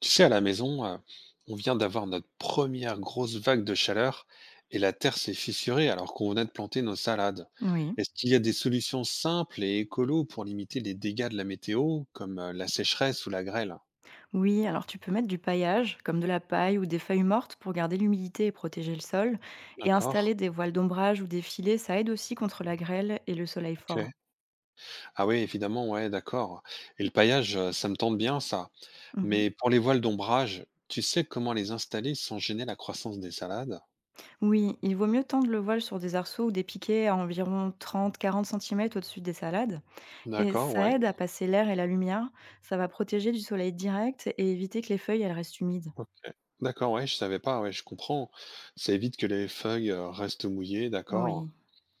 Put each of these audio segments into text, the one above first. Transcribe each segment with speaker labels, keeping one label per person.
Speaker 1: Tu sais, à la maison, on vient d'avoir notre première grosse vague de chaleur et la terre s'est fissurée alors qu'on venait de planter nos salades.
Speaker 2: Oui.
Speaker 1: Est-ce qu'il y a des solutions simples et écolo pour limiter les dégâts de la météo, comme la sécheresse ou la grêle?
Speaker 2: Oui, alors tu peux mettre du paillage, comme de la paille ou des feuilles mortes pour garder l'humidité et protéger le sol. Et
Speaker 1: D'accord.
Speaker 2: installer des voiles d'ombrage ou des filets, ça aide aussi contre la grêle et le soleil
Speaker 1: Ok.
Speaker 2: fort.
Speaker 1: Ah oui, évidemment, ouais, d'accord. Et le paillage, ça me tente bien, ça.
Speaker 2: Mhm.
Speaker 1: Mais pour les voiles d'ombrage, tu sais comment les installer sans gêner la croissance des salades?
Speaker 2: Oui, il vaut mieux tendre le voile sur des arceaux ou des piquets à environ 30-40 centimètres au-dessus des salades. Et
Speaker 1: D'accord,
Speaker 2: ça
Speaker 1: ouais.
Speaker 2: aide à passer l'air et la lumière. Ça va protéger du soleil direct et éviter que les feuilles elles restent humides.
Speaker 1: OK. D'accord, ouais, je savais pas, ouais, je comprends. Ça évite que les feuilles, restent mouillées, d'accord.
Speaker 2: Oui.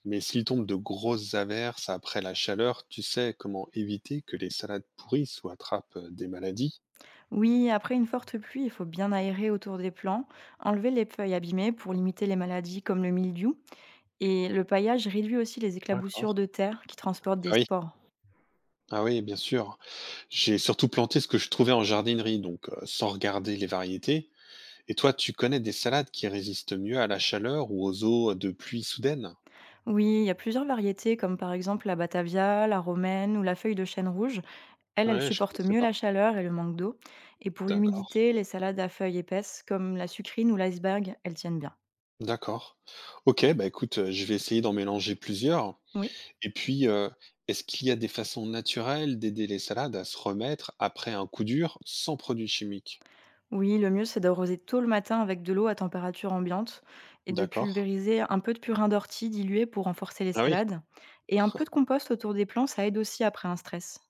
Speaker 1: Mais s'il tombe de grosses averses après la chaleur, tu sais comment éviter que les salades pourrissent ou attrapent, des maladies?
Speaker 2: Oui, après une forte pluie, il faut bien aérer autour des plants, enlever les feuilles abîmées pour limiter les maladies comme le mildiou. Et le paillage réduit aussi les
Speaker 1: D'accord.
Speaker 2: éclaboussures de terre qui transportent
Speaker 1: Ah
Speaker 2: des
Speaker 1: oui,
Speaker 2: spores.
Speaker 1: ah oui, bien sûr. J'ai surtout planté ce que je trouvais en jardinerie, donc sans regarder les variétés. Et toi, tu connais des salades qui résistent mieux à la chaleur ou aux eaux de pluie soudaines?
Speaker 2: Oui, il y a plusieurs variétés, comme par exemple la batavia, la romaine ou la feuille de chêne rouge. Elles, elles
Speaker 1: Ouais, je
Speaker 2: supportent
Speaker 1: connaissais
Speaker 2: mieux
Speaker 1: pas.
Speaker 2: la chaleur et le manque d'eau. Et pour
Speaker 1: D'accord,
Speaker 2: l'humidité, les salades à feuilles épaisses, comme la sucrine ou l'iceberg, elles tiennent bien.
Speaker 1: d'accord. OK, bah écoute, je vais essayer d'en mélanger plusieurs.
Speaker 2: Oui.
Speaker 1: Et puis, est-ce qu'il y a des façons naturelles d'aider les salades à se remettre après un coup dur sans produits chimiques?
Speaker 2: Oui, le mieux, c'est d'arroser tôt le matin avec de l'eau à température ambiante et de
Speaker 1: D'accord.
Speaker 2: pulvériser un peu de purin d'ortie dilué pour renforcer les
Speaker 1: Ah oui?
Speaker 2: salades. Et un peu de compost autour des plants, ça aide aussi après un stress.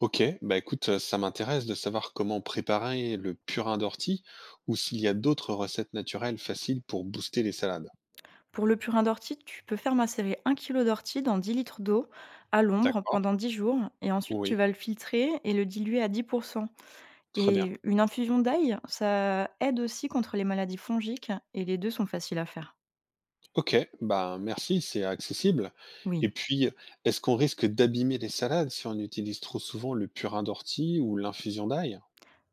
Speaker 1: OK, bah, écoute, ça m'intéresse de savoir comment préparer le purin d'ortie ou s'il y a d'autres recettes naturelles faciles pour booster les salades.
Speaker 2: Pour le purin d'ortie, tu peux faire macérer 1 kilo d'ortie dans 10 litres d'eau à l'ombre
Speaker 1: D'accord,
Speaker 2: pendant 10 jours et ensuite tu
Speaker 1: oui,
Speaker 2: vas le filtrer et le diluer à 10.
Speaker 1: très bien.
Speaker 2: Et une infusion d'ail, ça aide aussi contre les maladies fongiques et les 2 sont faciles à faire.
Speaker 1: OK, bah, merci, c'est accessible et
Speaker 2: Oui.
Speaker 1: puis, est-ce qu'on risque d'abîmer les salades si on utilise trop souvent le purin d'ortie ou l'infusion d'ail?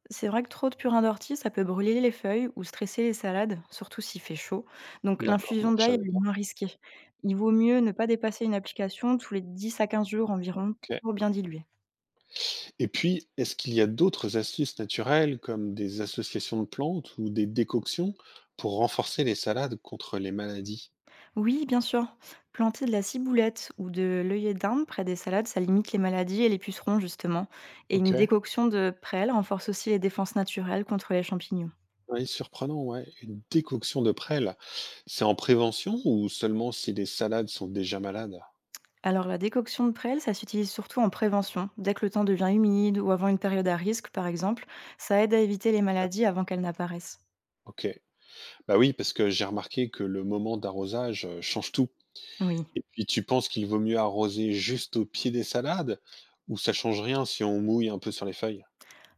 Speaker 2: C'est vrai que trop de purin d'ortie, ça peut brûler les feuilles ou stresser les salades, surtout s'il fait chaud. Donc
Speaker 1: D'accord, moi
Speaker 2: l'infusion
Speaker 1: je
Speaker 2: d'ail,
Speaker 1: savais
Speaker 2: elle est
Speaker 1: pas,
Speaker 2: moins risquée. Il vaut mieux ne pas dépasser une application tous les 10 à 15 jours environ
Speaker 1: OK.
Speaker 2: pour bien diluer.
Speaker 1: Et puis, est-ce qu'il y a d'autres astuces naturelles comme des associations de plantes ou des décoctions pour renforcer les salades contre les maladies?
Speaker 2: Oui, bien sûr. Planter de la ciboulette ou de l'œillet d'Inde près des salades, ça limite les maladies et les pucerons, justement. Et
Speaker 1: Ok.
Speaker 2: une décoction de prêle renforce aussi les défenses naturelles contre les champignons.
Speaker 1: Oui, surprenant, ouais. Une décoction de prêle, c'est en prévention ou seulement si les salades sont déjà malades?
Speaker 2: Alors, la décoction de prêle, ça s'utilise surtout en prévention. Dès que le temps devient humide ou avant une période à risque, par exemple, ça aide à éviter les
Speaker 1: Sûr.
Speaker 2: maladies avant qu'elles n'apparaissent.
Speaker 1: Ok. Bah oui, parce que j'ai remarqué que le moment d'arrosage change tout.
Speaker 2: Oui.
Speaker 1: Et puis tu penses qu'il vaut mieux arroser juste au pied des salades ou ça change rien si on mouille un peu sur les feuilles?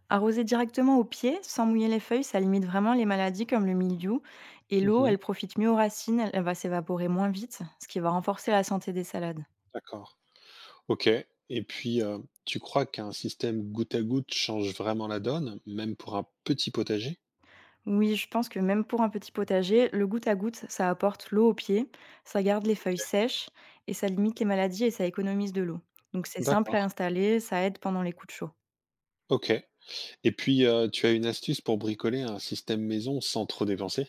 Speaker 2: Arroser directement aux pieds, sans mouiller les feuilles, ça limite vraiment les maladies comme le mildiou. Et l'eau,
Speaker 1: Mhm.
Speaker 2: elle profite mieux aux racines, elle va s'évaporer moins vite, ce qui va renforcer la santé des salades.
Speaker 1: D'accord. OK et puis, tu crois qu'un système goutte à goutte change vraiment la donne, même pour un petit potager?
Speaker 2: Oui, je pense que même pour un petit potager, le goutte à goutte, ça apporte l'eau aux pieds, ça garde les feuilles sèches et ça limite les maladies et ça économise de l'eau. Donc c'est simple à
Speaker 1: D'accord,
Speaker 2: installer, ça aide pendant les coups de chaud.
Speaker 1: OK et puis, tu as une astuce pour bricoler un système maison sans trop dépenser?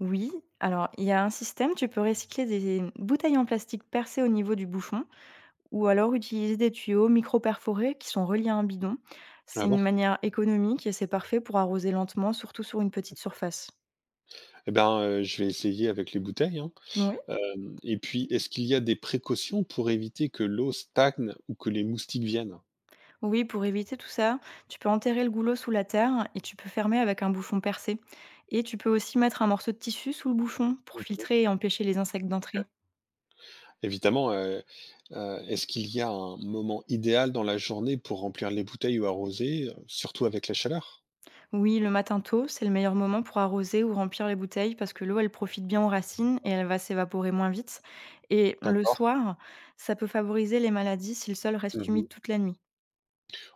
Speaker 2: Oui, alors il y a un système, tu peux recycler des bouteilles en plastique percées au niveau du bouchon ou alors utiliser des tuyaux micro-perforés qui sont reliés à un bidon.
Speaker 1: Ah
Speaker 2: C'est
Speaker 1: bon?
Speaker 2: une manière économique et c'est parfait pour arroser lentement, surtout sur une petite surface.
Speaker 1: Eh ben, je vais essayer avec les bouteilles, hein, hem et puis est-ce qu'il y a des précautions pour éviter que l'eau stagne ou que les moustiques viennent?
Speaker 2: Oui, pour éviter tout ça, tu peux enterrer le goulot sous la terre et tu peux fermer avec un bouchon percé. Et tu peux aussi mettre un morceau de tissu sous le bouchon pour
Speaker 1: OK.
Speaker 2: filtrer et empêcher les insectes d'entrer.
Speaker 1: Évidemment, est-ce qu'il y a un moment idéal dans la journée pour remplir les bouteilles ou arroser, surtout avec la chaleur?
Speaker 2: Oui, le matin tôt, c'est le meilleur moment pour arroser ou remplir les bouteilles parce que l'eau, elle profite bien aux racines et elle va s'évaporer moins vite. Et le
Speaker 1: D'accord.
Speaker 2: soir, ça peut favoriser les maladies si le sol reste
Speaker 1: Mmh.
Speaker 2: humide toute la nuit.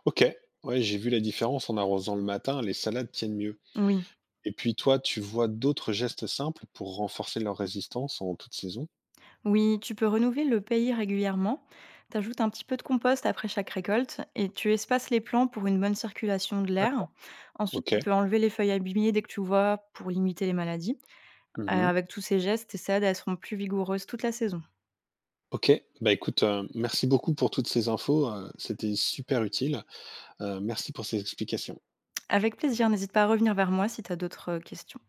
Speaker 1: OK. Ouais, j'ai vu la différence en arrosant le matin, les salades tiennent mieux.
Speaker 2: Oui.
Speaker 1: Et puis toi, tu vois d'autres gestes simples pour renforcer leur résistance en toute saison?
Speaker 2: Oui, tu peux renouveler le pays régulièrement. T'ajoutes un petit peu de compost après chaque récolte et tu espaces les plants pour une bonne circulation de l'air. Ensuite,
Speaker 1: OK.
Speaker 2: tu peux enlever les feuilles abîmées dès que tu vois pour limiter les maladies.
Speaker 1: Mmh.
Speaker 2: Avec tous ces gestes, tes salades, elles seront plus vigoureuses toute la saison.
Speaker 1: OK. Bah écoute, merci beaucoup pour toutes ces infos, c'était super utile. Merci pour ces explications.
Speaker 2: Avec plaisir, n'hésite pas à revenir vers moi si tu as d'autres questions.